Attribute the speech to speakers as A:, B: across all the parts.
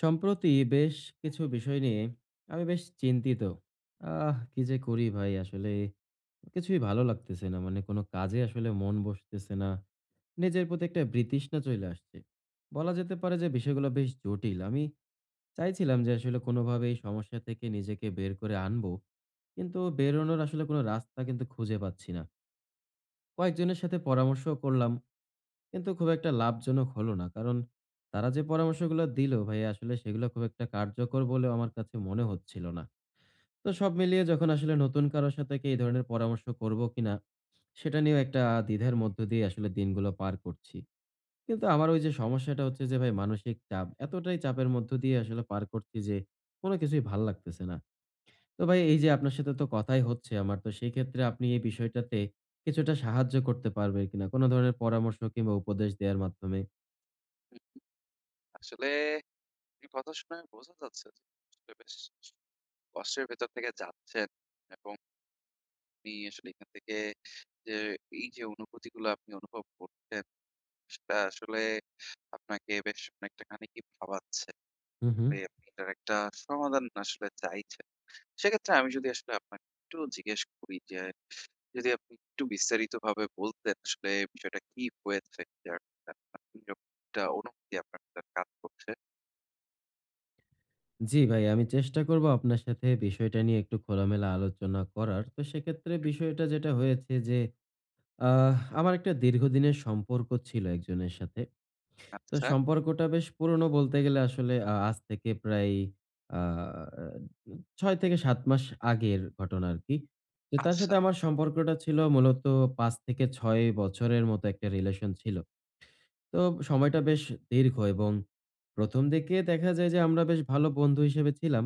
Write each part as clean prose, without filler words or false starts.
A: সম্প্রতি বেশ কিছু বিষয় নিয়ে আমি বেশ চিন্তিত। আহ! কি যে করি ভাই আসলে কিছুই ভালো লাগতেছে না। মানে কোনো কাজে আসলে মন বসতেছে না। নিজের প্রতি একটা বিতৃষ্ণা চইলে আসছে। বলা যেতে পারে যে বিষয়গুলো বেশ জটিল। আমি চাইছিলাম যে আসলে কোনোভাবে এই সমস্যা থেকে নিজেকে বের করে আনবো। কিন্তু বেরোনোর আসলে কোনো রাস্তা কিন্তু খুঁজে পাচ্ছি না। কয়েকজনের সাথে পরামর্শও করলাম। কিন্তু খুব একটা লাভজনক হলো না। কারণ তারা যে পরামর্শগুলো দিল ভাই আসলে সেগুলো খুব একটা কার্যকর বলেও আমার কাছে মনে হচ্ছিল না। তো সব মিলিয়ে যখন আসলে নতুন কারো সাথে কি এই ধরনের পরামর্শ করব কিনা, সেটা নিয়েও একটা দ্বিধার মধ্য দিয়ে আসলে দিনগুলো পার করছি। কিন্তু আমার ওই যে সমস্যাটা হচ্ছে যে ভাই, মানসিক চাপ, এতটাই চাপের মধ্য দিয়ে আসলে পার করছি যে কোনো কিছুই ভাল লাগতেছে না। তো ভাই, এই যে আপনার সাথে তো কথাই হচ্ছে আমার, তো সেই ক্ষেত্রে আপনি এই বিষয়টাতে কিছুটা সাহায্য করতে পারবেন কিনা? কোনো ধরনের পরামর্শ কিংবা উপদেশ দেওয়ার মাধ্যমে?
B: আসলে এই কথা শুনে বোঝা যাচ্ছে যে আসলে বেশ কষ্টের ভেতর থেকে যাচ্ছেন এবং আপনি আসলে এখান থেকে যে এই যে অনুভূতিগুলো আপনি অনুভব করছেন সেটা আসলে আপনাকে বেশ অনেকটা খানি কি ভাবাচ্ছে।
A: হুম, হুম।
B: তো আপনি এটার একটা সমাধান আসলে চাইছেন। সেক্ষেত্রে আমি যদি আসলে আপনাকে একটু জিজ্ঞেস করি যে যদি আপনি একটু বিস্তারিতভাবে বলতেন আসলে বিষয়টা কি হয়েছে যার কারণে আপনার এরকম একটা অনুভূতি আপনার ভেতর কাজ করছে?
A: জি ভাই, আমি চেষ্টা করব আপনার সাথে বিষয়টা নিয়ে একটু খোলামেলা আলোচনা করার। তো সেক্ষেত্রে বিষয়টা যেটা হয়েছে যে, আমার একটা দীর্ঘদিনের সম্পর্ক ছিল একজনের সাথে। তো
B: আচ্ছা,
A: সম্পর্কটা বেশ পুরনো, বলতে গেলে আসলে আজ থেকে প্রায় আ ৬ থেকে ৭ মাস আগের ঘটনা আরকি। তো তার
B: আচ্ছা।
A: সাথে আমার সম্পর্কটা ছিল মূলত ৫ থেকে ৬ বছরের মতো, একটা রিলেশন ছিল। তো সময়টা বেশ দীর্ঘ, এবং ১ম দিকে দেখা যায় যে আমরা বেশ ভালো বন্ধু হিসেবে ছিলাম।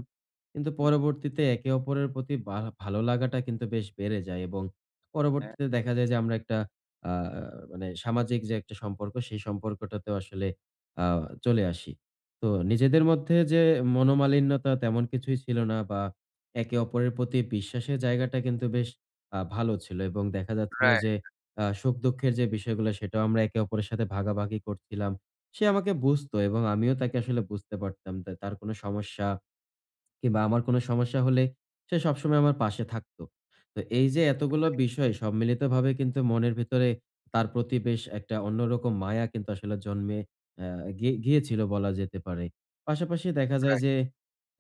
A: কিন্তু
B: হুম।
A: পরবর্তীতে একে অপরের প্রতি বা ভালো লাগাটা কিন্তু বেশ বেড়ে যায়, এবং পরবর্তীতে দেখা যায় যে আমরা একটা আ মানে সামাজিক যে একটা সম্পর্ক, সেই সম্পর্কটাতেও আসলে আ চলে আসি। তো নিজেদের মধ্যে যে মনোমালিন্যতা তেমন কিছুই ছিল না, বা একে অপরের প্রতি বিশ্বাসের জায়গাটা কিন্তু বেশ ভালো ছিল, এবং দেখা যাচ্ছিল
B: রাইট,
A: যে সুখ-দুঃখের যে বিষয়গুলো, সেটাও আমরা একে অপরের সাথে ভাগাভাগি করছিলাম। সে আমাকে বুঝতো এবং আমিও তাকে আসলে বুঝতে পারতাম। তা তার কোনো সমস্যা কিংবা আমার কোনো সমস্যা হলে সে সবসময় আমার পাশে থাকতো। তো এই যে এতগুলো বিষয় সম্মিলিতভাবে কিন্তু মনের ভিতরে তার প্রতি বেশ একটা অন্যরকম মায়া কিন্তু আসলে জন্মে অ্যা গিয়েছিল বলা যেতে পারে। পাশাপাশি দেখা যায়
B: রাইট,
A: যে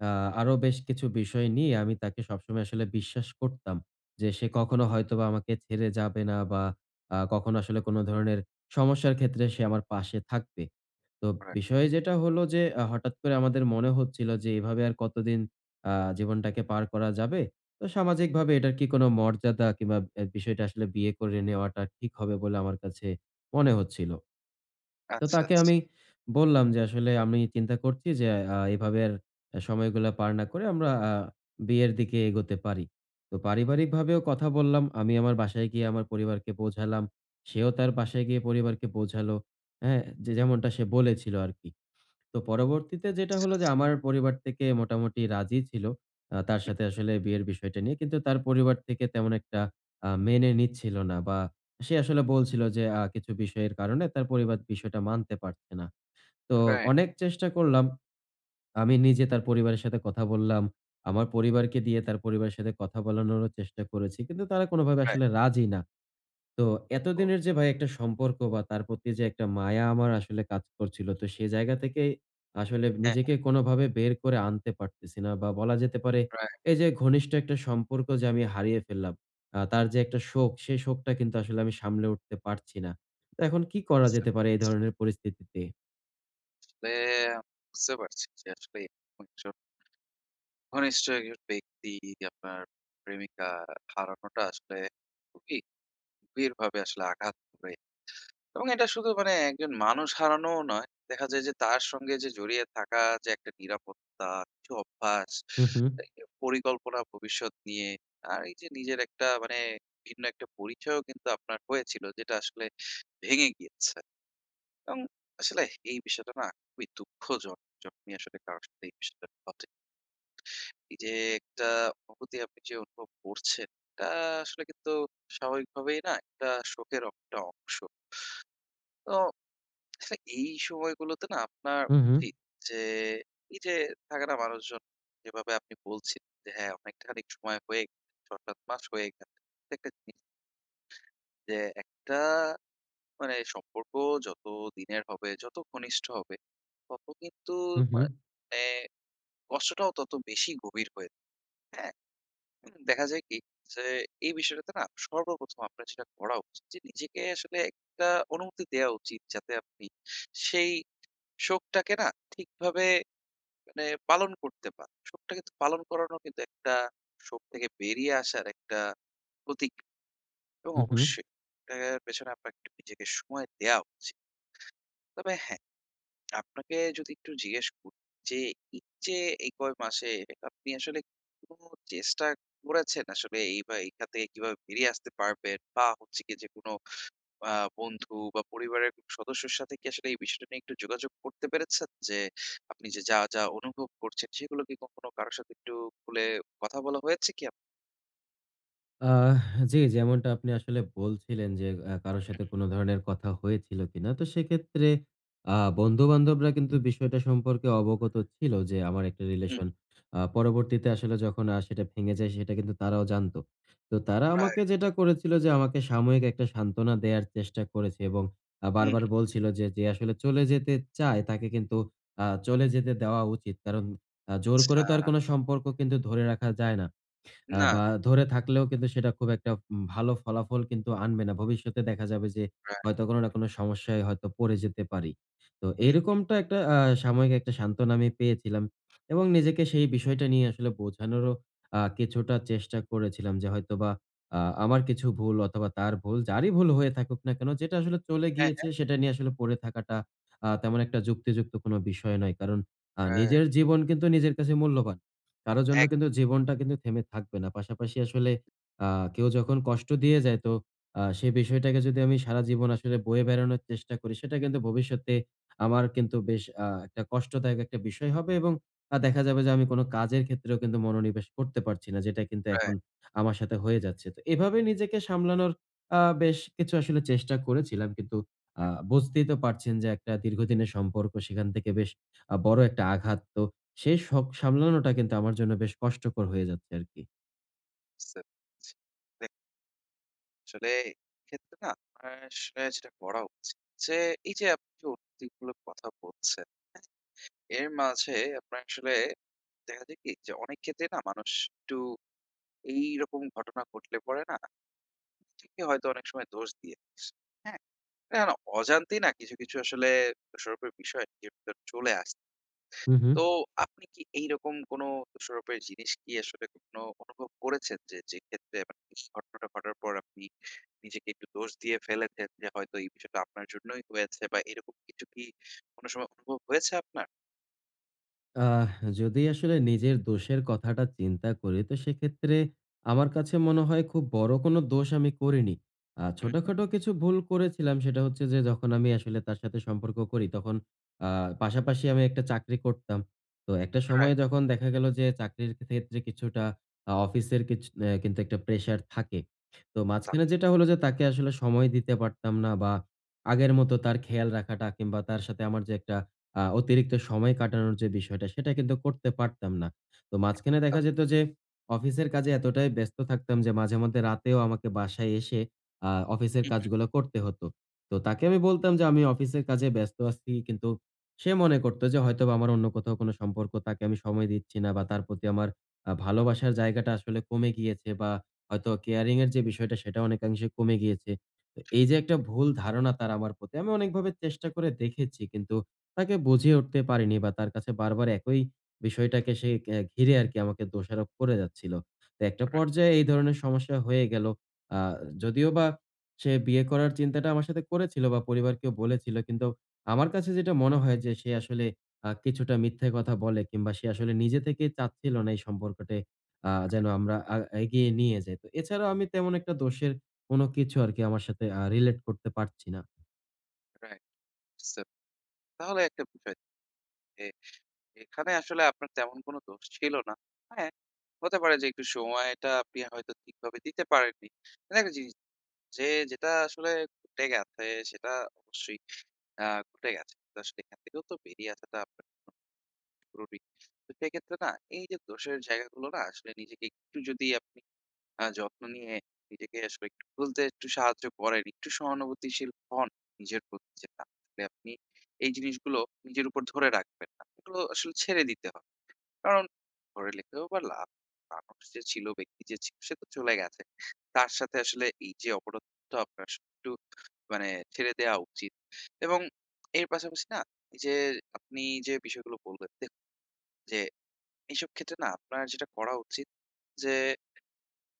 A: আ আরো বেশ কিছু বিষয় নিয়ে আমি তাকে সবসময় আসলে বিশ্বাস করতাম যে সে
B: হুম,
A: কখনো হয়তোবা আমাকে ছেড়ে যাবে না, বা কখনো আসলে কোনো ধরনের সমস্যার ক্ষেত্রে সে আমার পাশে থাকবে। তো
B: রাইট।
A: বিষয় যেটা হলো যে হঠাৎ করে আমাদের মনে হচ্ছিল যে এভাবে আর কতদিন আ জীবনটাকে পার করা যাবে? তো সামাজিকভাবে এটার কি কোনো মর্যাদা, কিংবা এ বিষয়টা আসলে বিয়ে করে নেওয়াটা ঠিক হবে বলে আমার কাছে মনে হচ্ছিল। তো
B: আচ্ছা,
A: তাকে
B: আচ্ছা,
A: আমি বললাম যে আসলে আমি চিন্তা করছি যে এভাবে আর সময়গুলা পার না করে আমরা বিয়ের দিকে এগোতে পারি। তো পারিবারিকভাবেও কথা বললাম। আমি আমার বাসায় গিয়ে আমার পরিবারকে বোঝালাম। সেও তার বাসায় গিয়ে পরিবারকে বোঝালো। হ্যাঁ? যে যেমনটা সে বলেছিল আরকি। তো পরবর্তীতে যেটা
B: আচ্ছা,
A: হলো যে
B: আচ্ছা।
A: আমার পরিবার থেকে মোটামুটি রাজি ছিল। তার
B: হুম,
A: সাথে আসলে বিয়ের বিষয়টা নিয়ে। কিন্তু তার পরিবার থেকে তেমন একটা মেনে নিচ্ছিল না, বা সে আসলে বলছিল যে কিছু বিষয়ের কারণে তার পরিবার বিষয়টা মানতে পারছে না। তো
B: রাইট,
A: অনেক চেষ্টা করলাম। আমি নিজে তার পরিবারের সাথে কথা বললাম। আমার পরিবারকে দিয়ে তার পরিবারের সাথে কথা বলানোরও চেষ্টা করেছি। কিন্তু তারা কোনোভাবে
B: রাইট।
A: আসলে রাজি না। তো
B: তো
A: এতদিনের যে ভাই একটা সম্পর্ক, বা তার প্রতি যে একটা মায়া আমার আসলে কাজ করছিল, তো সে জায়গা থেকে আসলে
B: হ্যাঁ,
A: নিজেকে কোনোভাবে বের করে আনতে পারতেছি না, বা বলা যেতে পারে
B: রাইট,
A: এই যে ঘনিষ্ঠ একটা সম্পর্ক যে আমি হারিয়ে ফেললাম, তার যে একটা শোক, সেই শোকটা কিন্তু আসলে আমি সামলে উঠতে পারছি না। তো এখন কি করা
B: বুঝতে
A: যেতে পারে এই
B: পারছি।
A: ধরনের পরিস্থিতিতে?
B: আসলে আমি বুঝতে পারছি যে আসলে এরকম একজন ঘনিষ্ঠ একজন ব্যক্তি আপনার প্রেমিকা হারানোটা আসলে খুবই গভীরভাবে আসলে আঘাত করে। এবং এটা শুধু মানে একজন মানুষ হারানোও নয়। দেখা যায় যে তার সঙ্গে যে জড়িয়ে থাকা যে একটা নিরাপত্তা, কিছু অভ্যাস,
A: হু, হু,
B: এ পরিকল্পনা ভবিষ্যৎ নিয়ে আর এই যে নিজের একটা মানে ভিন্ন একটা পরিচয়ও কিন্তু আপনার হয়েছিল যেটা আসলে ভেঙে গিয়েছে। এবং আসলে এই বিষয়টা না খুবই দুঃখজনক যখনই আসলে কারো সাথে এই বিষয়টা ঘটে। এই যে একটা অনুভূতি আপনি যে অনুভব করছেন, এটা আসলে কিন্তু স্বাভাবিকভাবেই না একটা শোকের একটা অংশ। তো আসলে এই সময়গুলোতে না আপনার
A: হু, হু,
B: উচিত যে এই যে থাকে না মানুষজন যেভাবে আপনি বলছেন যে হ্যাঁ অনেকখানি সময় হয়ে গেছে, ৬-৭ মাস হয়ে গেছে। একটা জিনিস যে একটা মানে সম্পর্ক যত দিনের হবে, যত ঘনিষ্ঠ হবে তত কিন্তু
A: হু, হু,
B: মানে মানে কষ্টটাও তত বেশি গভীর হয়ে যায়। হ্যাঁ? দেখা যায় কি যে এই বিষয়টাতে না সর্বপ্রথম আপনার যেটা করা উচিত যে নিজেকে আসলে একটা অনুমতি দেয়া উচিত যাতে আপনি সেই শখটাকে না ঠিকভাবে মানে পালন করতে পারে। শখটাকে তো পালন করানো কিন্তু একটা শোক থেকে বেরিয়ে আসার একটা প্রতীক এবং
A: হু, হু।
B: অবশ্যই এটার পেছনে আপনার একটু নিজেকে সময় দেয়া উচিত। তবে হ্যাঁ, আপনাকে যদি একটু জিজ্ঞেস করি যে এই যে এই কয় মাসে আপনি আসলে কোনো চেষ্টা করেছেন আসলে এই বা এখান থেকে কিভাবে বেরিয়ে আসতে পারবেন বা হচ্ছে গিয়ে যে কোনো আ বন্ধু বা পরিবারের কোনো সদস্যর সাথে কি আসলে এই বিষয়টা নিয়ে একটু যোগাযোগ করতে পেরেছেন? যে আপনি যে যা অনুভব করছেন সেগুলো কি কখনো কারো সাথে একটু খুলে কথা বলা হয়েছে কি আপনার?
A: আহ জি, যেমনটা আপনি আসলে বলছিলেন যে, কারো সাথে
B: হুম,
A: কোন ধরনের কথা হয়েছিল কিনা? তো সেক্ষেত্রে বন্ধু-বান্ধবরা কিন্তু বিষয়টা সম্পর্কে অবগত ছিল যে, আমার একটা
B: হুম,
A: রিলেশন। পরবর্তীতে আসলে যখন সেটা ভেঙে যায়, সেটা কিন্তু তারাও জানতো। তো তারা
B: রাইট,
A: আমাকে যেটা করেছিল যে, আমাকে সাময়িক একটা সান্ত্বনা দেয়ার চেষ্টা করেছে, এবং
B: হুম,
A: বারবার বলছিল যে, যে আসলে চলে যেতে চায়, তাকে কিন্তু চলে যেতে দেওয়া উচিত। কারণ জোর
B: আচ্ছা।
A: করে তো আর কোন সম্পর্ক কিন্তু ধরে রাখা যায় না।
B: না,
A: বা ধরে থাকলেও কিন্তু সেটা খুব একটা ভালো ফলাফল কিন্তু আনবে না। ভবিষ্যতে দেখা যাবে যে
B: রাইট,
A: হয়তো কোনো না কোনো সমস্যায় হয়তো পড়ে যেতে পারি। তো
B: হুম,
A: এরকমটা একটা সাময়িক একটা সান্ত্বনা আমি পেয়েছিলাম, এবং নিজেকে সেই বিষয়টা নিয়ে আসলে বোঝানোরও কিছুটা চেষ্টা করেছিলাম যে হয়তোবা আ আমার কিছু ভুল অথবা তার ভুল, যারই ভুল হয়ে থাকুক না কেন, যেটা আসলে চলে
B: হ্যাঁ,
A: গিয়েছে
B: হ্যাঁ,
A: সেটা নিয়ে আসলে পড়ে থাকাটা তেমন একটা যুক্তিযুক্ত কোনো বিষয় নয়। কারণ
B: রাইট,
A: নিজের জীবন কিন্তু নিজের কাছে মূল্যবান। কারো জন্য
B: এক
A: কিন্তু জীবনটা কিন্তু থেমে থাকবে না। পাশাপাশি আসলে আ কেউ যখন কষ্ট দিয়ে যায়, তো সেই বিষয়টাকে যদি আমি সারা জীবন আসলে বয়ে বেড়ানোর চেষ্টা করি, সেটা কিন্তু ভবিষ্যতে আমার কিন্তু বেশ একটা কষ্টদায়ক একটা বিষয় হবে, এবং দেখা যাবে যে আমি কোন কাজের ক্ষেত্রেও কিন্তু মনোনিবেশ করতে পারছি না। যেটা কিন্তু এখন
B: রাইট,
A: আমার সাথে হয়ে যাচ্ছে। তো এভাবে নিজেকে সামলানোর বেশ কিছু আসলে চেষ্টা করেছিলাম। কিন্তু আ
B: হুম,
A: বুঝতেই তো পারছেন যে একটা দীর্ঘদিনের সম্পর্ক, সেখান থেকে বেশ বড় একটা আঘাত। তো সেই শখ সামলানোটা কিন্তু আমার জন্য বেশ কষ্টকর হয়ে যাচ্ছে আরকি।
B: বুঝতে পেরেছি। দেখুন, আসলে এক্ষেত্রে না আপনার আসলে যেটা করা উচিত যে এই যে আপনি যে অনুভূতিগুলোর কথা বলছেন, হ্যাঁ? এর মাঝে আপনার আসলে দেখা যায় কি যে অনেক ক্ষেত্রে না মানুষ একটু এইরকম ঘটনা ঘটলে পরে না নিজেকে হয়তো অনেক সময় দোষ দিয়ে দিস। হ্যাঁ? না অজান্তেই না কিছু আসলে দোষারোপের বিষয় নিজের ভেতর চলে আসে।
A: হু, হু।
B: তো আপনি কি এইরকম কোনো দোষারোপের জিনিস কি আসলে কখনো অনুভব করেছেন যে, যে ক্ষেত্রে মানে এই ঘটনাটা ঘটার পর আপনি নিজেকে একটু দোষ দিয়ে ফেলেছেন যে হয়তো এই বিষয়টা আপনার জন্যই হয়েছে বা এরকম কিছু কি কোনো সময় অনুভব হয়েছে আপনার?
A: আহ যদি আসলে নিজের দোষের কথাটা চিন্তা করি, তো সেক্ষেত্রে আমার কাছে মনে হয় খুব বড় কোনো দোষ আমি করিনি।
B: হুম,
A: ছোটখাটো কিছু ভুল করেছিলাম, সেটা হচ্ছে যে যখন আমি আসলে তার সাথে সম্পর্ক করি তখন আ পাশাপাশি আমি একটা চাকরি করতাম। তো একটা সময়ে
B: রাইট।
A: যখন দেখা গেল যে চাকরির ক্ষেত্রে কিছুটা অফিসের কিছ অ্যা কিন্তু একটা প্রেশার থাকে। তো
B: তা
A: মাঝখানে
B: তো
A: যেটা হলো যে তাকে আসলে সময় দিতে পারতাম না, বা আগের
B: হুম,
A: মতো তার খেয়াল রাখাটা কিংবা তার সাথে আমার যে একটা অতিরিক্ত সময় কাটানোর যে বিষয়টা, সেটা কিন্তু করতে পারতাম না। তো মাঝখানে
B: তা
A: দেখা যেত যে অফিসের কাজে এতটাই ব্যস্ত থাকতাম যে মাঝে মধ্যে রাতেও আমাকে বাসায় এসে অফিসের
B: হুম,
A: কাজগুলো করতে হতো। তো তাকে আমি বলতাম যে আমি অফিসের কাজে ব্যস্ত আছি, কিন্তু সে মনে করতো যে হয়তোবা আমার অন্য কোথাও কোনো সম্পর্ক, তাকে আমি সময় দিচ্ছি না, বা তার প্রতি আমার
B: হুম,
A: ভালোবাসার জায়গাটা আসলে কমে গিয়েছে, বা হয়তো কেয়ারিং এর যে বিষয়টা সেটা অনেকাংশে কমে গিয়েছে। তো এই যে একটা ভুল ধারণা তার আমার প্রতি, আমি অনেকভাবে চেষ্টা করে দেখেছি, কিন্তু তাকে বুঝিয়ে উঠতে পারিনি, বা তার কাছে বারবার একই বিষয়টাকে সে ঘিরে আরকি আমাকে দোষারোপ করে যাচ্ছিল। তো একটা
B: রাইট,
A: পর্যায়ে এই ধরনের সমস্যা হয়ে গেল। আ যদিও বা সে বিয়ে করার চিন্তাটা আমার সাথে করেছিল বা পরিবারকেও বলেছিল। কিন্তু আমার কাছে যেটা মনে হয় যে সে আসলে কিছুটা মিথ্যে কথা বলে, কিংবা সে আসলে নিজে থেকেই চাচ্ছিল না এই সম্পর্কটে যেন
B: রাইট,
A: আমরা এগিয়ে নিয়ে যাই। তো এছাড়াও আমি তেমন একটা দোষের কোন কিছু আরকি আমার সাথে রিলেট করতে পারছি না।
B: রাইট। বুঝতে তাহলে একটা বিষয় যে এখানে আসলে আপনার তেমন কোনো দোষ ছিল না। হ্যাঁ, হতে পারে যে একটু সময়টা আপনি হয়তো ঠিকভাবে দিতে পারেননি। মানে একটা জিনিস যে যেটা আসলে ঘটে গেছে সেটা অবশ্যই ঘটে গেছে। তো আসলে এখান থেকেও তো বেরিয়ে আসাটা আপনার জন্য জরুরি। তো সেক্ষেত্রে না এই যে দোষের জায়গাগুলো না আসলে নিজেকে একটু যদি আপনি যত্ন নিয়ে নিজেকে আসলে একটু খুলতে একটু সাহায্য করেন, একটু সহানুভূতিশীল হন নিজের প্রতি যে না আসলে আপনি এই জিনিসগুলো নিজের উপর ধরে রাখবেন না। এগুলো আসলে ছেড়ে দিতে হবে। কারণ ধরে লিখেও বা লাভ নেই। মানুষ যে ছিল, ব্যক্তি যে ছিল সে তো চলে গেছে। তার সাথে আসলে এই যে অপরাধ আপনার আসলে একটু মানে ছেড়ে দেওয়া উচিত এবং এর পাশাপাশি না এই যে আপনি যে বিষয়গুলো বললেন দেখুন যে এইসব ক্ষেত্রে না আপনার যেটা করা উচিত যে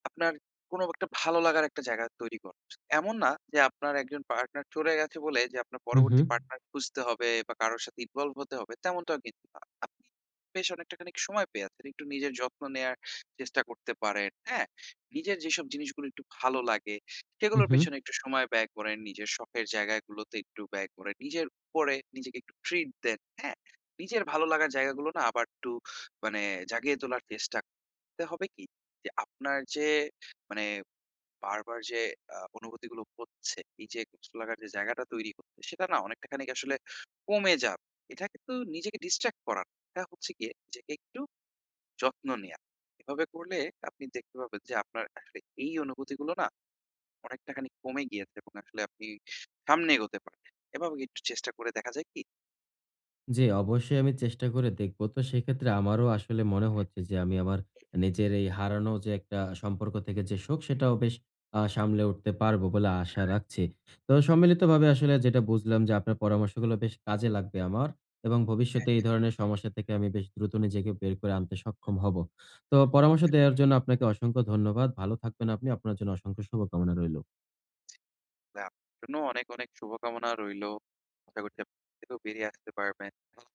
B: আপনার কোনো একটা ভালো লাগার একটা জায়গা তৈরি করুন। এমন না যে আপনার একজন পার্টনার চলে গেছে বলে যে আপনার
A: হু, হু।
B: পরবর্তী পার্টনার খুঁজতে হবে বা কারো সাথে ইনভলভ হতে হবে তেমনটাও কিন্তু না। আপনি বেশ অনেকটা খানিক সময় পেয়ে আছেন। একটু নিজের যত্ন নেয়ার চেষ্টা করতে পারেন, হ্যাঁ? নিজের যেসব জিনিসগুলো একটু ভালো লাগে
A: হু,
B: সেগুলোর
A: হু।
B: পেছনে একটু সময় ব্যয় করেন। নিজের শখের জায়গাগুলোতে একটু ব্যয় করেন। নিজের উপরে নিজেকে একটু ট্রিট দেন, হ্যাঁ? নিজের ভালো লাগার জায়গাগুলো না আবার একটু মানে জাগিয়ে তোলার চেষ্টা করতে হবে কি যে আপনার যে মানে বারবার যে অনুভূতিগুলো হচ্ছে, এই যে কষ্ট লাগার যে জায়গাটা তৈরি হচ্ছে, সেটা না অনেকটা খানিক আসলে কমে যাবে। এটা কিন্তু নিজেকে ডিস্ট্রাক্ট করা না। এটা হচ্ছে গিয়ে নিজেকে একটু যত্ন নেয়া। এভাবে করলে আপনি দেখতে পাবেন যে আপনার আসলে এই অনুভূতিগুলো না অনেকটা খানি কমে গিয়েছে এবং আসলে আপনি সামনে এগোতে পারবেন। এভাবে একটু চেষ্টা করে দেখা যায় কি?
A: জি, অবশ্যই আমি চেষ্টা করে দেখব। তো সেক্ষেত্রে আমারও আসলে মনে হচ্ছে যে আমি আমার নিজের এই হারানো যে একটা সম্পর্ক, থেকে যে শোক সেটাও বেশ সামলে উঠতে পারবো বলে আশা রাখছি। তো সম্মিলিতভাবে আসলে যেটা বুঝলাম যে আপনার পরামর্শগুলো বেশ কাজে লাগবে আমার, এবং ভবিষ্যতে এই ধরনের সমস্যা থেকে আমি বেশ দ্রুত নিজেকে বের করে আনতে সক্ষম হব। তো পরামর্শ দেওয়ার জন্য আপনাকে অসংখ্য ধন্যবাদ। ভালো থাকবেন আপনি। আপনার জন্য অসংখ্য শুভকামনা রইল।
B: তাহলে আপনার জন্য অনেক, অনেক শুভকামনা রইলো। আশা করছি আপনি এর থেকেও বেরিয়ে আসতে পারবেন।